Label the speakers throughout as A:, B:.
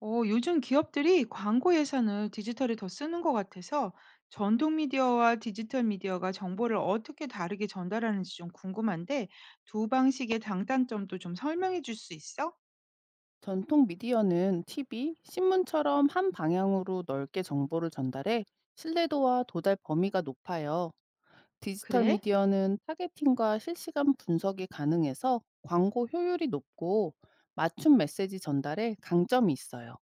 A: 요즘 기업들이 광고 예산을 디지털에 더 쓰는 것 같아서 전통 미디어와 디지털 미디어가 정보를 어떻게 다르게 전달하는지 좀 궁금한데 두 방식의 장단점도 좀 설명해 줄 수 있어?
B: 전통 미디어는 TV, 신문처럼 한 방향으로 넓게 정보를 전달해 신뢰도와 도달 범위가 높아요. 디지털
A: 그래?
B: 미디어는 타겟팅과 실시간 분석이 가능해서 광고 효율이 높고 맞춤 메시지 전달에 강점이 있어요.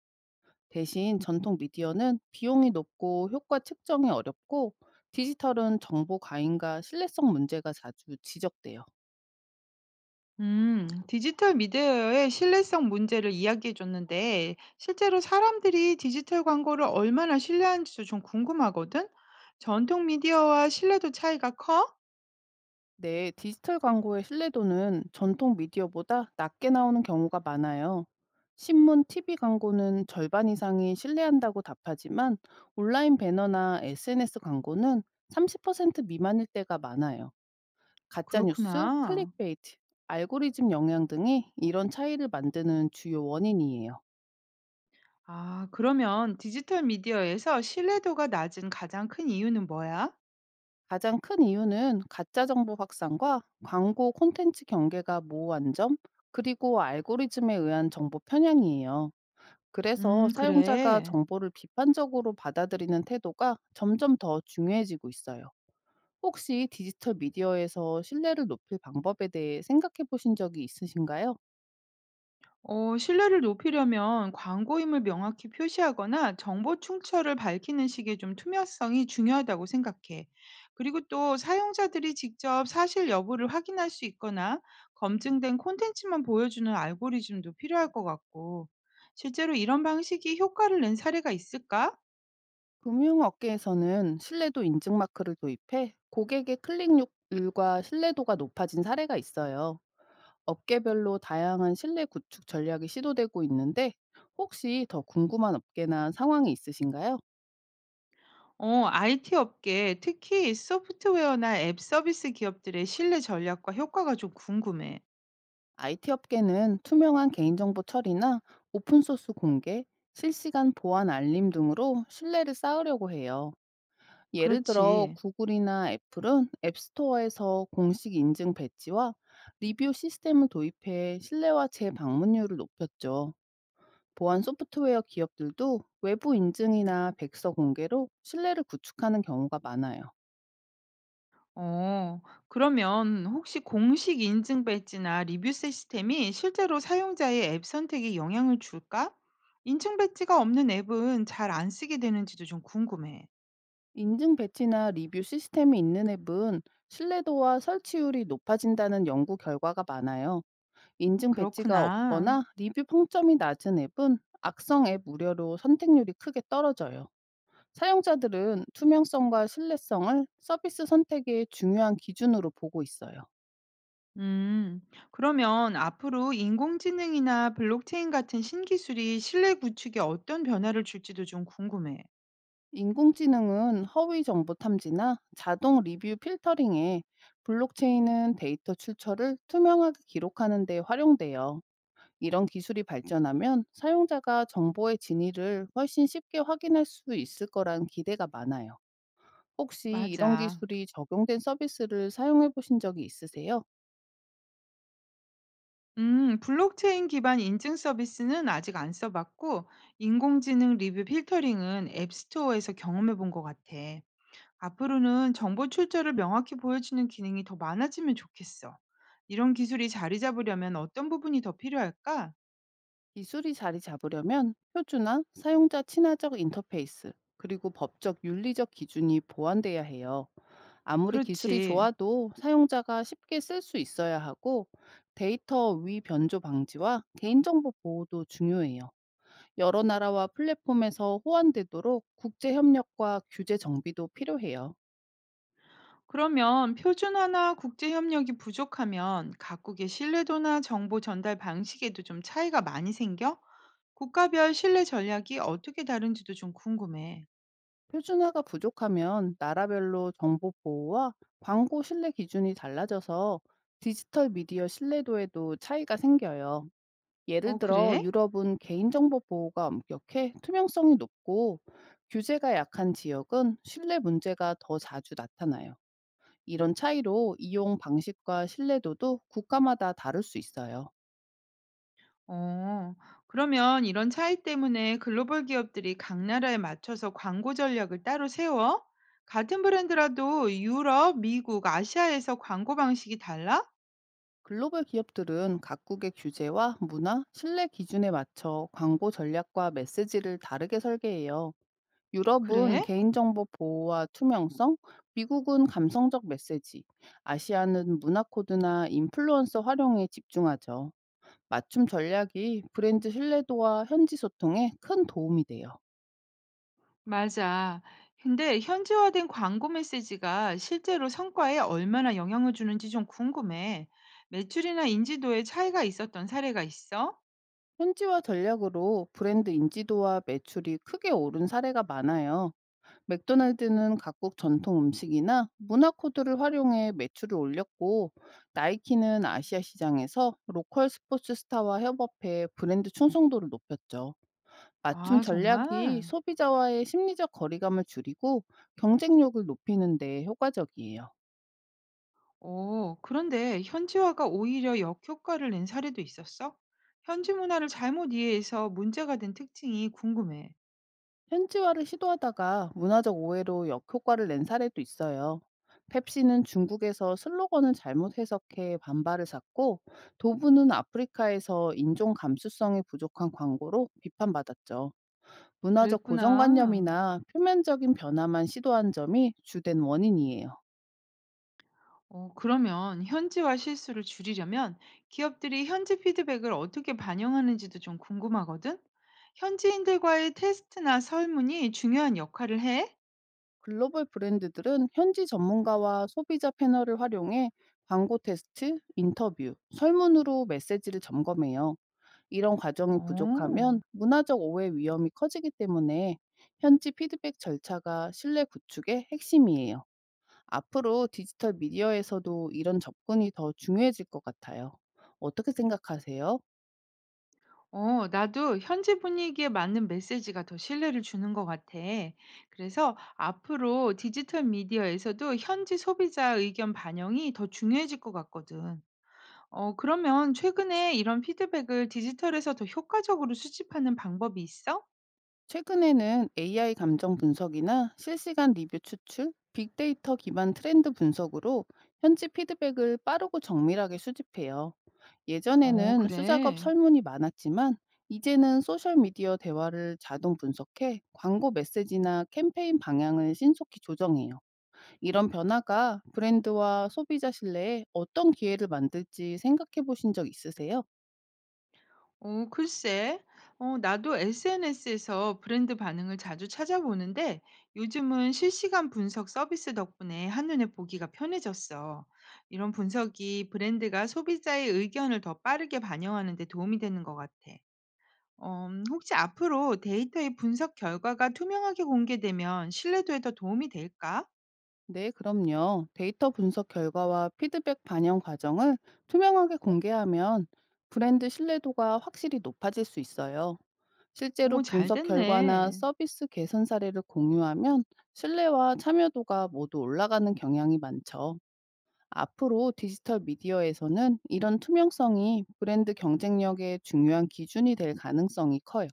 B: 대신 전통 미디어는 비용이 높고 효과 측정이 어렵고 디지털은 정보 과잉과 신뢰성 문제가 자주 지적돼요.
A: 디지털 미디어의 신뢰성 문제를 이야기해 줬는데 실제로 사람들이 디지털 광고를 얼마나 신뢰하는지도 좀 궁금하거든? 전통 미디어와 신뢰도 차이가 커?
B: 네, 디지털 광고의 신뢰도는 전통 미디어보다 낮게 나오는 경우가 많아요. 신문, TV 광고는 절반 이상이 신뢰한다고 답하지만 온라인 배너나 SNS 광고는 30% 미만일 때가 많아요. 가짜 뉴스,
A: 그렇구나.
B: 클릭베이트, 알고리즘 영향 등이 이런 차이를 만드는 주요 원인이에요.
A: 아, 그러면 디지털 미디어에서 신뢰도가 낮은 가장 큰 이유는 뭐야?
B: 가장 큰 이유는 가짜 정보 확산과 광고 콘텐츠 경계가 모호한 점, 그리고 알고리즘에 의한 정보 편향이에요. 그래서 사용자가
A: 그래.
B: 정보를 비판적으로 받아들이는 태도가 점점 더 중요해지고 있어요. 혹시 디지털 미디어에서 신뢰를 높일 방법에 대해 생각해 보신 적이 있으신가요?
A: 신뢰를 높이려면 광고임을 명확히 표시하거나 정보 충처를 밝히는 식의 좀 투명성이 중요하다고 생각해. 그리고 또 사용자들이 직접 사실 여부를 확인할 수 있거나 검증된 콘텐츠만 보여주는 알고리즘도 필요할 것 같고, 실제로 이런 방식이 효과를 낸 사례가 있을까?
B: 금융업계에서는 신뢰도 인증 마크를 도입해 고객의 클릭률과 신뢰도가 높아진 사례가 있어요. 업계별로 다양한 신뢰 구축 전략이 시도되고 있는데 혹시 더 궁금한 업계나 상황이 있으신가요?
A: IT 업계, 특히 소프트웨어나 앱 서비스 기업들의 신뢰 전략과 효과가 좀 궁금해.
B: IT 업계는 투명한 개인정보 처리나 오픈소스 공개, 실시간 보안 알림 등으로 신뢰를 쌓으려고 해요. 예를 들어
A: 그렇지.
B: 구글이나 애플은 앱스토어에서 공식 인증 배지와 리뷰 시스템을 도입해 신뢰와 재방문율을 높였죠. 보안 소프트웨어 기업들도 외부 인증이나 백서 공개로 신뢰를 구축하는 경우가 많아요.
A: 어, 그러면 혹시 공식 인증 배지나 리뷰 시스템이 실제로 사용자의 앱 선택에 영향을 줄까? 인증 배지가 없는 앱은 잘 안 쓰게 되는지도 좀 궁금해.
B: 인증 배치나 리뷰 시스템이 있는 앱은 신뢰도와 설치율이 높아진다는 연구 결과가 많아요. 인증 배치가
A: 그렇구나.
B: 없거나 리뷰 평점이 낮은 앱은 악성 앱 우려로 선택률이 크게 떨어져요. 사용자들은 투명성과 신뢰성을 서비스 선택의 중요한 기준으로 보고 있어요.
A: 음, 그러면 앞으로 인공지능이나 블록체인 같은 신기술이 신뢰 구축에 어떤 변화를 줄지도 좀 궁금해.
B: 인공지능은 허위 정보 탐지나 자동 리뷰 필터링에 블록체인은 데이터 출처를 투명하게 기록하는 데 활용돼요. 이런 기술이 발전하면 사용자가 정보의 진위를 훨씬 쉽게 확인할 수 있을 거란 기대가 많아요. 혹시 이런
A: 맞아.
B: 기술이 적용된 서비스를 사용해 보신 적이 있으세요?
A: 블록체인 기반 인증 서비스는 아직 안 써봤고, 인공지능 리뷰 필터링은 앱스토어에서 경험해 본 것 같아. 앞으로는 정보 출처를 명확히 보여주는 기능이 더 많아지면 좋겠어. 이런 기술이 자리 잡으려면 어떤 부분이 더 필요할까?
B: 기술이 자리 잡으려면 표준화, 사용자 친화적 인터페이스, 그리고 법적 윤리적 기준이 보완돼야 해요. 아무리 기술이
A: 그렇지.
B: 좋아도 사용자가 쉽게 쓸 수 있어야 하고 데이터 위 변조 방지와 개인정보 보호도 중요해요. 여러 나라와 플랫폼에서 호환되도록 국제 협력과 규제 정비도 필요해요.
A: 그러면 표준화나 국제 협력이 부족하면 각국의 신뢰도나 정보 전달 방식에도 좀 차이가 많이 생겨? 국가별 신뢰 전략이 어떻게 다른지도 좀 궁금해.
B: 표준화가 부족하면 나라별로 정보 보호와 광고 신뢰 기준이 달라져서 디지털 미디어 신뢰도에도 차이가 생겨요. 예를
A: 어,
B: 들어
A: 그래?
B: 유럽은 개인정보 보호가 엄격해 투명성이 높고 규제가 약한 지역은 신뢰 문제가 더 자주 나타나요. 이런 차이로 이용 방식과 신뢰도도 국가마다 다를 수 있어요.
A: 어, 그러면 이런 차이 때문에 글로벌 기업들이 각 나라에 맞춰서 광고 전략을 따로 세워? 같은 브랜드라도 유럽, 미국, 아시아에서 광고 방식이 달라?
B: 글로벌 기업들은 각국의 규제와 문화, 신뢰 기준에 맞춰 광고 전략과 메시지를 다르게 설계해요. 유럽은
A: 그래?
B: 개인정보 보호와 투명성, 미국은 감성적 메시지, 아시아는 문화 코드나 인플루언서 활용에 집중하죠. 맞춤 전략이 브랜드 신뢰도와 현지 소통에 큰 도움이 돼요.
A: 맞아. 근데 현지화된 광고 메시지가 실제로 성과에 얼마나 영향을 주는지 좀 궁금해. 매출이나 인지도에 차이가 있었던 사례가 있어?
B: 현지화 전략으로 브랜드 인지도와 매출이 크게 오른 사례가 많아요. 맥도날드는 각국 전통 음식이나 문화 코드를 활용해 매출을 올렸고, 나이키는 아시아 시장에서 로컬 스포츠 스타와 협업해 브랜드 충성도를 높였죠. 맞춤
A: 아,
B: 전략이
A: 정말?
B: 소비자와의 심리적 거리감을 줄이고 경쟁력을 높이는 데 효과적이에요.
A: 그런데 현지화가 오히려 역효과를 낸 사례도 있었어? 현지 문화를 잘못 이해해서 문제가 된 특징이 궁금해.
B: 현지화를 시도하다가 문화적 오해로 역효과를 낸 사례도 있어요. 펩시는 중국에서 슬로건을 잘못 해석해 반발을 샀고, 도브는 아프리카에서 인종 감수성이 부족한 광고로 비판받았죠. 문화적
A: 그랬구나.
B: 고정관념이나 표면적인 변화만 시도한 점이 주된 원인이에요.
A: 그러면 현지화 실수를 줄이려면 기업들이 현지 피드백을 어떻게 반영하는지도 좀 궁금하거든? 현지인들과의 테스트나 설문이 중요한 역할을 해?
B: 글로벌 브랜드들은 현지 전문가와 소비자 패널을 활용해 광고 테스트, 인터뷰, 설문으로 메시지를 점검해요. 이런 과정이 부족하면
A: 어.
B: 문화적 오해 위험이 커지기 때문에 현지 피드백 절차가 신뢰 구축의 핵심이에요. 앞으로 디지털 미디어에서도 이런 접근이 더 중요해질 것 같아요. 어떻게 생각하세요?
A: 나도 현지 분위기에 맞는 메시지가 더 신뢰를 주는 것 같아. 그래서 앞으로 디지털 미디어에서도 현지 소비자 의견 반영이 더 중요해질 것 같거든. 그러면 최근에 이런 피드백을 디지털에서 더 효과적으로 수집하는 방법이 있어?
B: 최근에는 AI 감정 분석이나 실시간 리뷰 추출, 빅데이터 기반 트렌드 분석으로 현지 피드백을 빠르고 정밀하게 수집해요.
A: 어,
B: 예전에는 수작업
A: 그래.
B: 설문이 많았지만 이제는 소셜미디어 대화를 자동 분석해 광고 메시지나 캠페인 방향을 신속히 조정해요. 이런 변화가 브랜드와 소비자 신뢰에 어떤 기회를 만들지 생각해 보신 적 있으세요?
A: 어, 글쎄, 나도 SNS에서 브랜드 반응을 자주 찾아보는데 요즘은 실시간 분석 서비스 덕분에 한눈에 보기가 편해졌어. 이런 분석이 브랜드가 소비자의 의견을 더 빠르게 반영하는 데 도움이 되는 것 같아. 혹시 앞으로 데이터의 분석 결과가 투명하게 공개되면 신뢰도에 더 도움이 될까?
B: 네, 그럼요. 데이터 분석 결과와 피드백 반영 과정을 투명하게 공개하면 브랜드 신뢰도가 확실히 높아질 수 있어요. 실제로
A: 오, 잘
B: 분석 결과나
A: 됐네.
B: 서비스 개선 사례를 공유하면 신뢰와 참여도가 모두 올라가는 경향이 많죠. 앞으로 디지털 미디어에서는 이런 투명성이 브랜드 경쟁력의 중요한 기준이 될 가능성이 커요.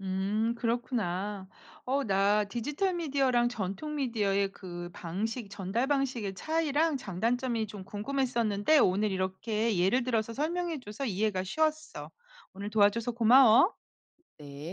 A: 음, 그렇구나. 나 디지털 미디어랑 전통 미디어의 그 방식 전달 방식의 차이랑 장단점이 좀 궁금했었는데 오늘 이렇게 예를 들어서 설명해 줘서 이해가 쉬웠어. 오늘 도와줘서 고마워.
B: 네.